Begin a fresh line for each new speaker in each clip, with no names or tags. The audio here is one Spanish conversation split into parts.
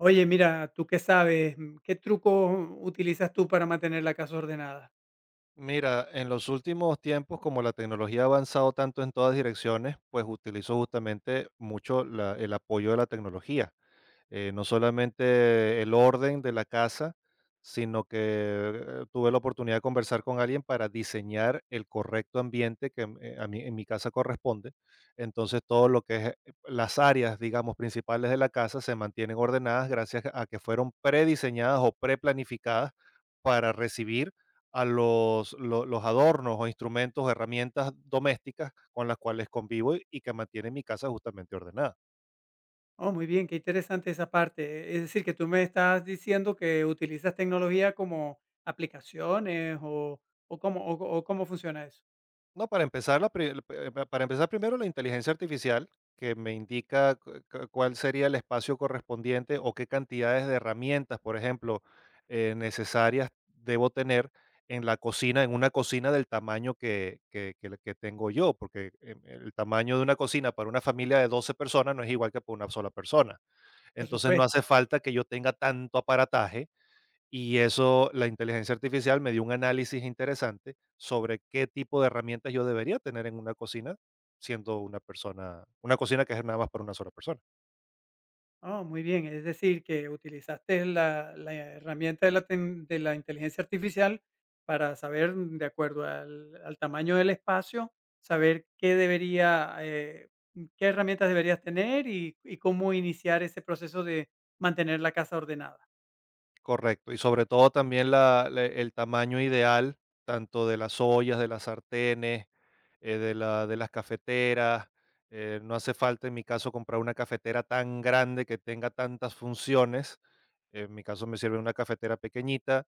Oye, mira, ¿tú qué sabes? ¿Qué truco utilizas tú para mantener la casa ordenada?
Mira, en los últimos tiempos, como la tecnología ha avanzado tanto en todas direcciones, pues utilizo justamente mucho el apoyo de la tecnología. No solamente el orden de la casa, sino que tuve la oportunidad de conversar con alguien para diseñar el correcto ambiente que a mí, en mi casa corresponde. Entonces, todo lo que es las áreas, digamos, principales de la casa se mantienen ordenadas gracias a que fueron prediseñadas o preplanificadas para recibir a los adornos o instrumentos o herramientas domésticas con las cuales convivo y que mantienen mi casa justamente ordenada.
Oh, muy bien, qué interesante esa parte. Es decir, que tú me estás diciendo que utilizas tecnología como aplicaciones o cómo, o cómo funciona eso.
No, para empezar, la pri- la pa- para empezar primero la inteligencia artificial, que me indica cuál sería el espacio correspondiente o qué cantidades de herramientas, por ejemplo, necesarias debo tener en la cocina, en una cocina del tamaño que tengo yo, porque el tamaño de una cocina para una familia de 12 personas no es igual que para una sola persona.
Por
Entonces no hace
supuesto.
falta que yo tenga tanto aparataje y eso, la inteligencia artificial me dio un análisis interesante sobre qué tipo de herramientas yo debería tener en una cocina, siendo una persona, una cocina que es nada más para una sola persona.
Oh, muy bien. Es decir, que utilizaste la herramienta de de la inteligencia artificial para saber, de acuerdo al tamaño del espacio, saber qué debería, qué herramientas deberías tener y cómo iniciar ese proceso de mantener la casa ordenada.
Correcto. Y sobre todo también el tamaño ideal, tanto de las ollas, de las sartenes, de las cafeteras. No hace falta en mi caso comprar una cafetera tan grande que tenga tantas funciones. En mi caso me sirve una cafetera pequeñita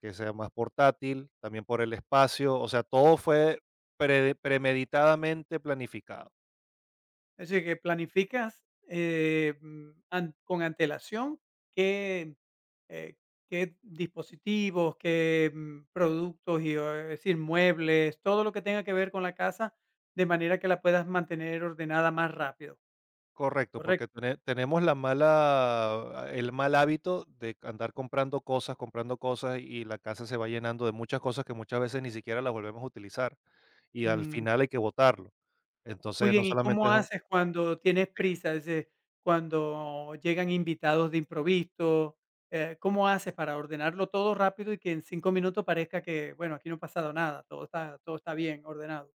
que sea más portátil, también por el espacio, o sea, todo fue prede premeditadamente planificado.
Es decir, que planificas, con antelación qué, eh, qué dispositivos, qué productos, es decir, muebles, todo lo que tenga que ver con la casa, de manera que la puedas mantener ordenada más rápido,
Correcto,
¿correcto?
porque tenemos la mal hábito de andar comprando cosas, y la casa se va llenando de muchas cosas que muchas veces ni siquiera las volvemos a utilizar, y al
Mm,
final hay que botarlo.
muy
Entonces, no
bien, ¿y
solamente
cómo
es un.
haces cuando tienes prisa? Es decir, cuando llegan invitados de improviso, ¿cómo haces para ordenarlo todo rápido y que en 5 minutos parezca que, bueno, aquí no ha pasado nada, todo está bien ordenado?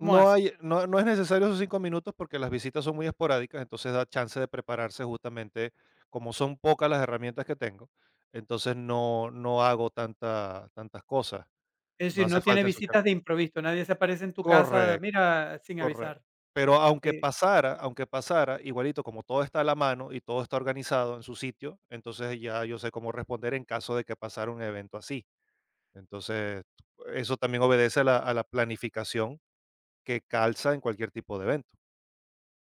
¿Cómo hace?
hay, no, no es necesario esos 5 minutos porque las visitas son muy esporádicas, entonces da chance de prepararse justamente, como son pocas las herramientas que tengo, entonces no hago tantas cosas,
Es
no
decir,
hace
no tiene
falta ensuciar.
visitas de improviso, nadie se aparece en tu casa,
Correcto,
mira, sin
correcto.
avisar.
Pero
Eh,
aunque pasara, igualito como todo está a la mano y todo está organizado en su sitio, entonces ya yo sé cómo responder en caso de que pasara un evento así. Entonces, eso también obedece a la planificación que calza en cualquier tipo de evento.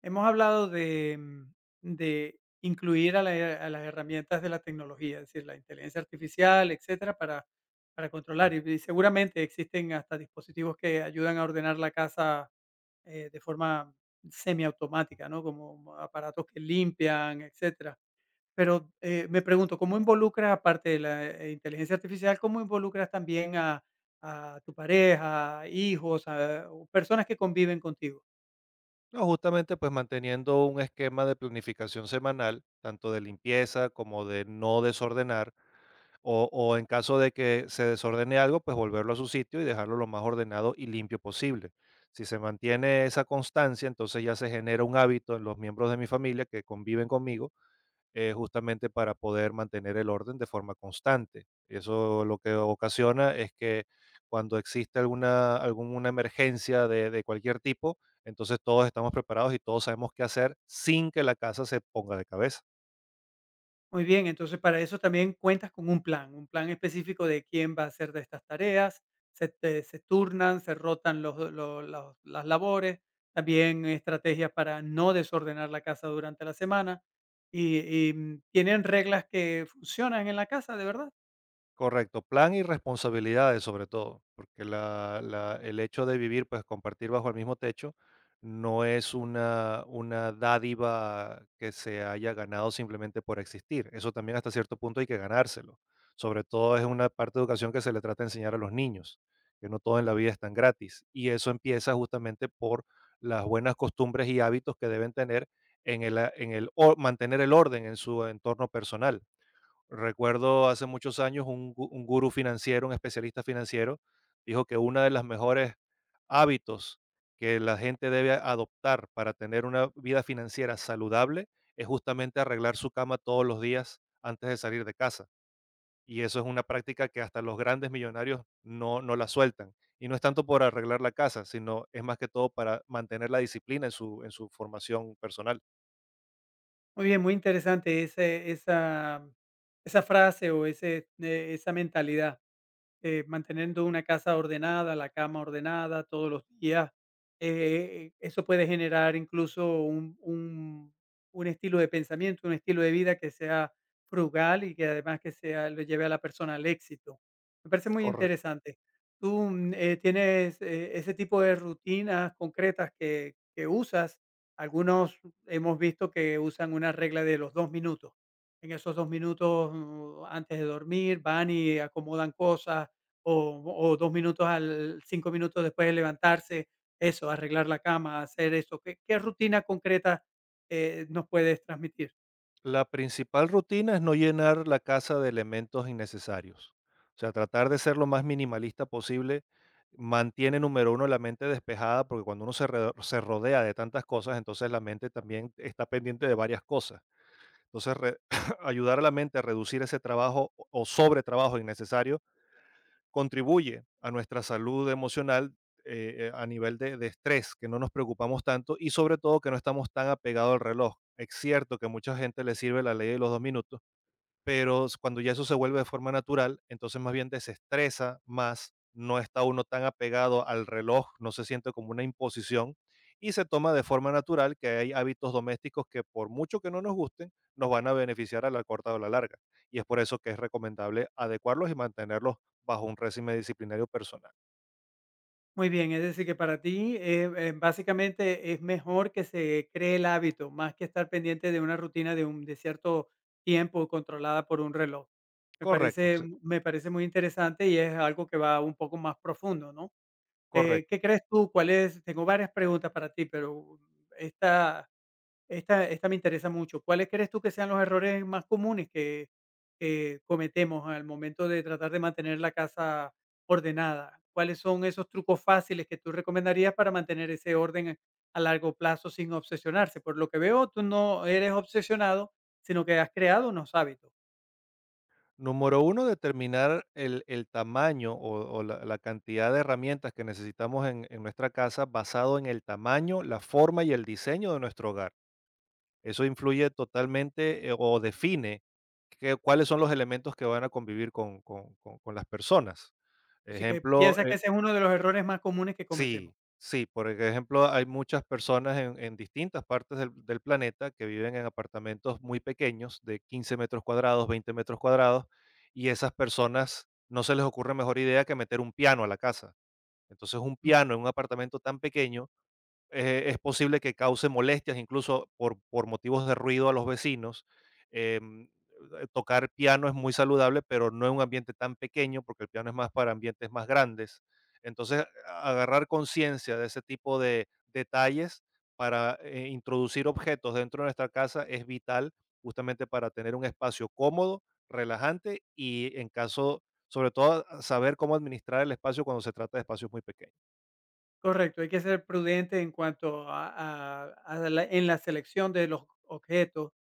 hemos hablado de de incluir a la a las herramientas de la tecnología, es decir, la inteligencia artificial, etcétera, para controlar, y seguramente existen hasta dispositivos que ayudan a ordenar la casa, de forma semiautomática, ¿no? Como aparatos que limpian, etcétera. Pero, me pregunto, ¿cómo involucras, aparte de la inteligencia artificial, cómo involucras también a tu pareja, hijos, a o personas que conviven contigo?
No, justamente pues manteniendo un esquema de planificación semanal, tanto de limpieza como de no desordenar, o en caso de que se desordene algo, pues volverlo a su sitio y dejarlo lo más ordenado y limpio posible. Si se mantiene esa constancia, entonces ya se genera un hábito en los miembros de mi familia que conviven conmigo justamente para poder mantener el orden de forma constante. Eso lo que ocasiona es que cuando existe alguna emergencia de cualquier tipo, entonces todos estamos preparados y todos sabemos qué hacer sin que la casa se ponga de cabeza.
Muy bien, entonces para eso también cuentas con un plan específico de quién va a hacer de estas tareas, se turnan, se rotan los lo los las labores, también estrategias para no desordenar la casa durante la semana, y y ¿tienen reglas que funcionan en la casa, de verdad?
Correcto, plan y responsabilidades sobre todo, porque el hecho de vivir, pues compartir bajo el mismo techo, no es una dádiva que se haya ganado simplemente por existir. Eso también hasta cierto punto hay que ganárselo. Sobre todo es una parte de educación que se le trata de enseñar a los niños, que no todo en la vida es tan gratis. Y eso empieza justamente por las buenas costumbres y hábitos que deben tener en el, a- en el o- mantener el orden en su entorno personal. Recuerdo hace muchos años un gurú financiero, un especialista financiero, dijo que una de las mejores hábitos que la gente debe adoptar para tener una vida financiera saludable es justamente arreglar su cama todos los días antes de salir de casa. Y eso es una práctica que hasta los grandes millonarios no la sueltan. Y no es tanto por arreglar la casa, sino es más que todo para mantener la disciplina en su formación personal.
Muy bien, muy interesante ese esa esa frase o esa mentalidad, manteniendo una casa ordenada, la cama ordenada todos los días, eso puede generar incluso un estilo de pensamiento, un estilo de vida que sea frugal y que además que sea, lo lleve a la persona al éxito. Me parece muy
Correcto.
interesante. ¿Tú tienes ese tipo de rutinas concretas que usas? Algunos hemos visto que usan una regla de los 2 minutos. En esos 2 minutos antes de dormir van y acomodan cosas, o o 2 minutos al 5 minutos después de levantarse, eso, arreglar la cama, hacer eso. ¿Qué rutina concreta, nos puedes transmitir?
La principal rutina es no llenar la casa de elementos innecesarios. O sea, tratar de ser lo más minimalista posible mantiene, número uno, la mente despejada, porque cuando uno se rodea de tantas cosas, entonces la mente también está pendiente de varias cosas. Entonces, ayudar a la mente a reducir ese trabajo o sobretrabajo innecesario contribuye a nuestra salud emocional a nivel de estrés, que no nos preocupamos tanto y sobre todo que no estamos tan apegados al reloj. Es cierto que a mucha gente le sirve la ley de los 2 minutos pero s cuando ya eso se vuelve de forma natural, entonces más bien desestresa más, no está uno tan apegado al reloj, no se siente como una imposición y se toma de forma natural que hay hábitos domésticos que por mucho que no nos gusten, nos van a beneficiar a la corta o a la larga. Y es por eso que es recomendable adecuarlos y mantenerlos bajo un régimen disciplinario personal.
Muy bien, es decir, que para ti, básicamente es mejor que se cree el hábito, más que estar pendiente de una rutina de un de cierto tiempo controlada por un reloj.
Correcto, sí,
Me parece muy interesante y es algo que va un poco más profundo, ¿no?
correcto.
¿Qué crees tú? ¿Cuál es? Tengo varias preguntas para ti, pero esta esta me interesa mucho. ¿Cuáles crees tú que sean los errores más comunes que cometemos al momento de tratar de mantener la casa ordenada? ¿Cuáles son esos trucos fáciles que tú recomendarías para mantener ese orden a largo plazo sin obsesionarse? Por lo que veo, tú no eres obsesionado, sino que has creado unos hábitos.
Número uno determinar el tamaño o la cantidad de herramientas que necesitamos en nuestra casa basado en el tamaño, la forma y el diseño de nuestro hogar. Eso influye totalmente, o define que cuáles son los elementos que van a convivir con las personas.
Así que
Ejemplo,
piensas que
eh.
ese es uno de los errores más comunes que cometemos.
Sí, sí, por ejemplo, hay muchas personas en distintas partes del planeta que viven en apartamentos muy pequeños, de 15 metros cuadrados, 20 metros cuadrados, y esas personas no se les ocurre mejor idea que meter un piano a la casa. Entonces, un piano
Ujú.
en un apartamento tan pequeño es posible que cause molestias, incluso por motivos de ruido a los vecinos. Em, Tocar piano es muy saludable, pero no en un ambiente tan pequeño, porque el piano es más para ambientes más grandes. Entonces, agarrar conciencia de ese tipo de detalles para introducir objetos dentro de nuestra casa es vital justamente para tener un espacio cómodo, relajante y en caso, sobre todo, saber cómo administrar el espacio cuando se trata de espacios muy pequeños.
Correcto, hay que ser prudente en cuanto a la selección de los objetos,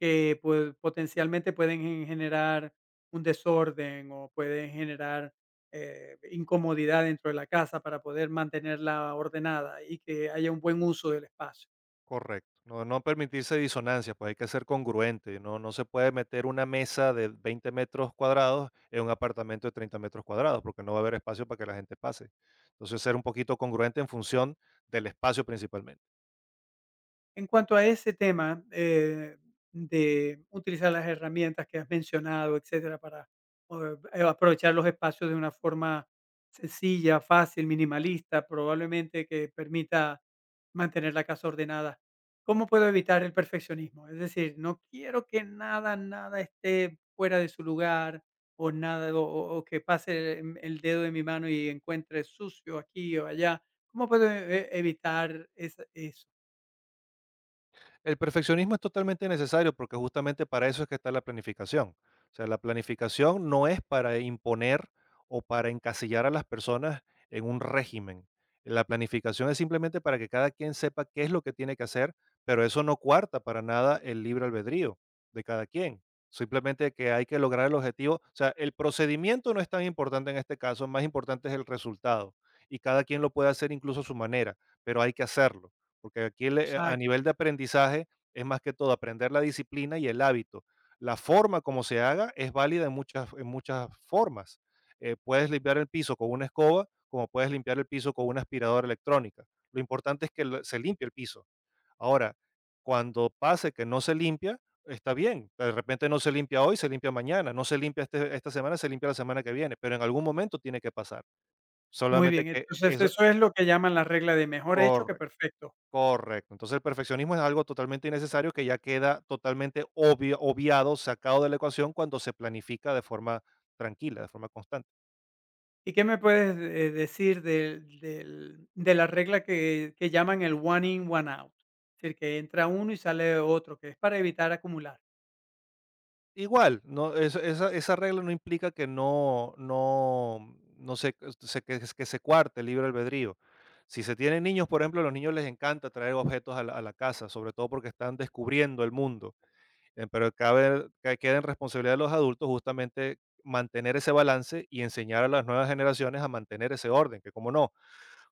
que, pues, potencialmente pueden generar un desorden o pueden generar, incomodidad dentro de la casa para poder mantenerla ordenada y que haya un buen uso del espacio.
Correcto. No, no permitirse disonancias, pues hay que ser congruente. No, no se puede meter una mesa de 20 metros cuadrados en un apartamento de 30 metros cuadrados, porque no va a haber espacio para que la gente pase. Entonces, ser un poquito congruente en función del espacio principalmente.
En cuanto a ese tema, de utilizar las herramientas que has mencionado, etcétera, para aprovechar los espacios de una forma sencilla, fácil, minimalista, probablemente que permita mantener la casa ordenada. ¿Cómo puedo evitar el perfeccionismo? Es decir, no quiero que nada esté fuera de su lugar o nada, o que pase el dedo de mi mano y encuentre sucio aquí o allá. ¿Cómo puedo evitar eso?
El perfeccionismo es totalmente necesario porque justamente para eso es que está la planificación. O sea, la planificación no es para imponer o para encasillar a las personas en un régimen. La planificación es simplemente para que cada quien sepa qué es lo que tiene que hacer, pero eso no cuarta para nada el libre albedrío de cada quien. Simplemente que hay que lograr el objetivo. O sea, el procedimiento no es tan importante en este caso, más importante es el resultado. Y cada quien lo puede hacer incluso a su manera, pero hay que hacerlo. Porque aquí el, a nivel de aprendizaje es más que todo aprender la disciplina y el hábito. La forma como se haga es válida en muchas formas. Puedes limpiar el piso con una escoba, como puedes limpiar el piso con una aspiradora electrónica. Lo importante es que se limpie el piso. Ahora, cuando pase que no se limpia, está bien. De repente no se limpia hoy, se limpia mañana. No se limpia este- esta semana, se limpia la semana que viene. Pero en algún momento tiene que pasar.
Muy
Solamente
bien,
que
entonces
eso.
eso es lo que llaman la regla de mejor hecho que perfecto.
Correcto. Entonces, el perfeccionismo es algo totalmente innecesario que ya queda totalmente obvio, obviado, sacado de la ecuación cuando se planifica de forma tranquila, de forma constante.
¿Y qué me puedes, decir del del de la regla que llaman el one in, one out? Es decir, que entra uno y sale otro, que es para evitar acumular.
Igual, no, esa regla no implica que no, no, no se, se- que se cuarte el libre albedrío. Si se tienen niños, por ejemplo, a los niños les encanta traer objetos a la casa, sobre todo porque están descubriendo el mundo. Pero cabe que queda en responsabilidad de los adultos justamente mantener ese balance y enseñar a las nuevas generaciones a mantener ese orden, que como no,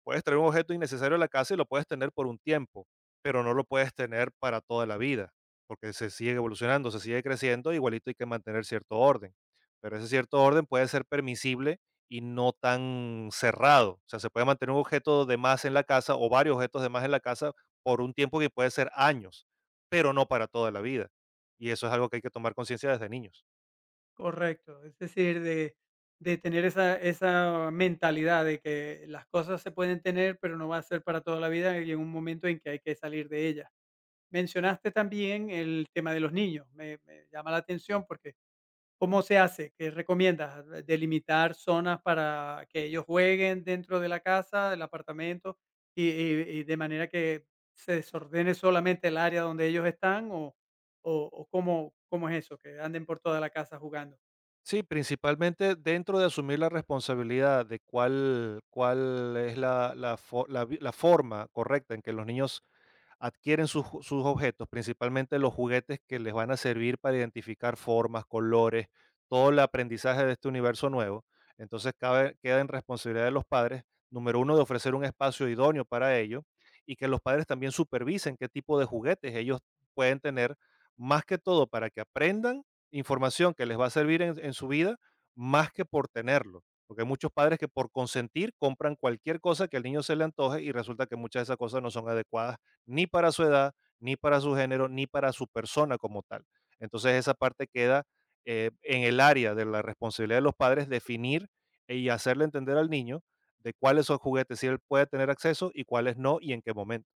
puedes traer un objeto innecesario a la casa y lo puedes tener por un tiempo, pero no lo puedes tener para toda la vida, porque se sigue evolucionando, se sigue creciendo, igualito hay que mantener cierto orden. Pero ese cierto orden puede ser permisible y no tan cerrado. O sea, se puede mantener un objeto de más en la casa o varios objetos de más en la casa por un tiempo que puede ser años, pero no para toda la vida. Y eso es algo que hay que tomar conciencia desde niños.
Correcto, es decir, de tener esa mentalidad de que las cosas se pueden tener, pero no va a ser para toda la vida y en un momento en que hay que salir de ellas. Mencionaste también el tema de los niños, me llama la atención porque ¿cómo se hace? ¿Qué recomiendas? ¿Delimitar zonas para que ellos jueguen dentro de la casa, del apartamento, y de manera que se desordene solamente el área donde ellos están? ¿O cómo es eso, que anden por toda la casa jugando?
Sí, principalmente dentro de asumir la responsabilidad de cuál es la, la, fo- la vi- la forma correcta en que los niños adquieren sus objetos, principalmente los juguetes que les van a servir para identificar formas, colores, todo el aprendizaje de este universo nuevo. Entonces queda en responsabilidad de los padres, número uno, de ofrecer un espacio idóneo para ello y que los padres también supervisen qué tipo de juguetes ellos pueden tener, más que todo para que aprendan información que les va a servir en su vida, más que por tenerlo. Porque hay muchos padres que por consentir compran cualquier cosa que al niño se le antoje y resulta que muchas de esas cosas no son adecuadas ni para su edad, ni para su género, ni para su persona como tal. Entonces esa parte queda en el área de la responsabilidad de los padres definir y hacerle entender al niño de cuáles son juguetes si él puede tener acceso y cuáles no y en qué momento.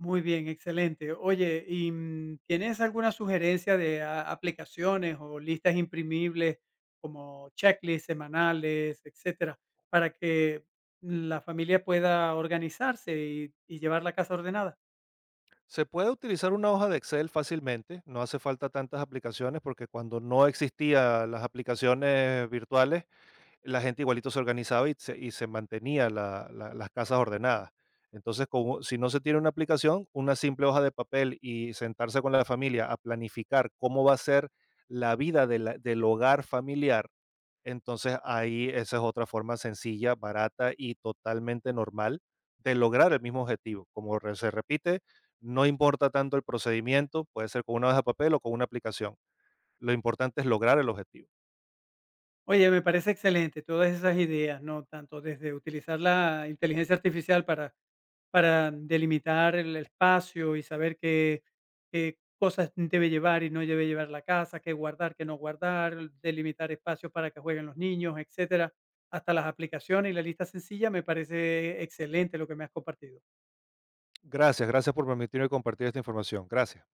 Muy bien, excelente. Oye, ¿y tienes alguna sugerencia de aplicaciones o listas imprimibles como checklists semanales, etcétera, para que la familia pueda organizarse y llevar la casa ordenada?
Se puede utilizar una hoja de Excel fácilmente, no hace falta tantas aplicaciones porque cuando no existían las aplicaciones virtuales, la gente igualito se organizaba y se mantenía las casas ordenadas. Entonces, como, si no se tiene una aplicación, una simple hoja de papel y sentarse con la familia a planificar cómo va a ser la vida de del hogar familiar, entonces ahí esa es otra forma sencilla, barata y totalmente normal de lograr el mismo objetivo. Como se repite, no importa tanto el procedimiento, puede ser con una hoja de papel o con una aplicación. Lo importante es lograr el objetivo.
Oye, me parece excelente todas esas ideas, ¿no? Tanto desde utilizar la inteligencia artificial para delimitar el espacio y saber qué, qué cosas debe llevar y no debe llevar la casa, qué guardar, qué no guardar, delimitar espacios para que jueguen los niños, etcétera, hasta las aplicaciones y la lista sencilla, me parece excelente lo que me has compartido.
Gracias, gracias por permitirme compartir esta información. Gracias.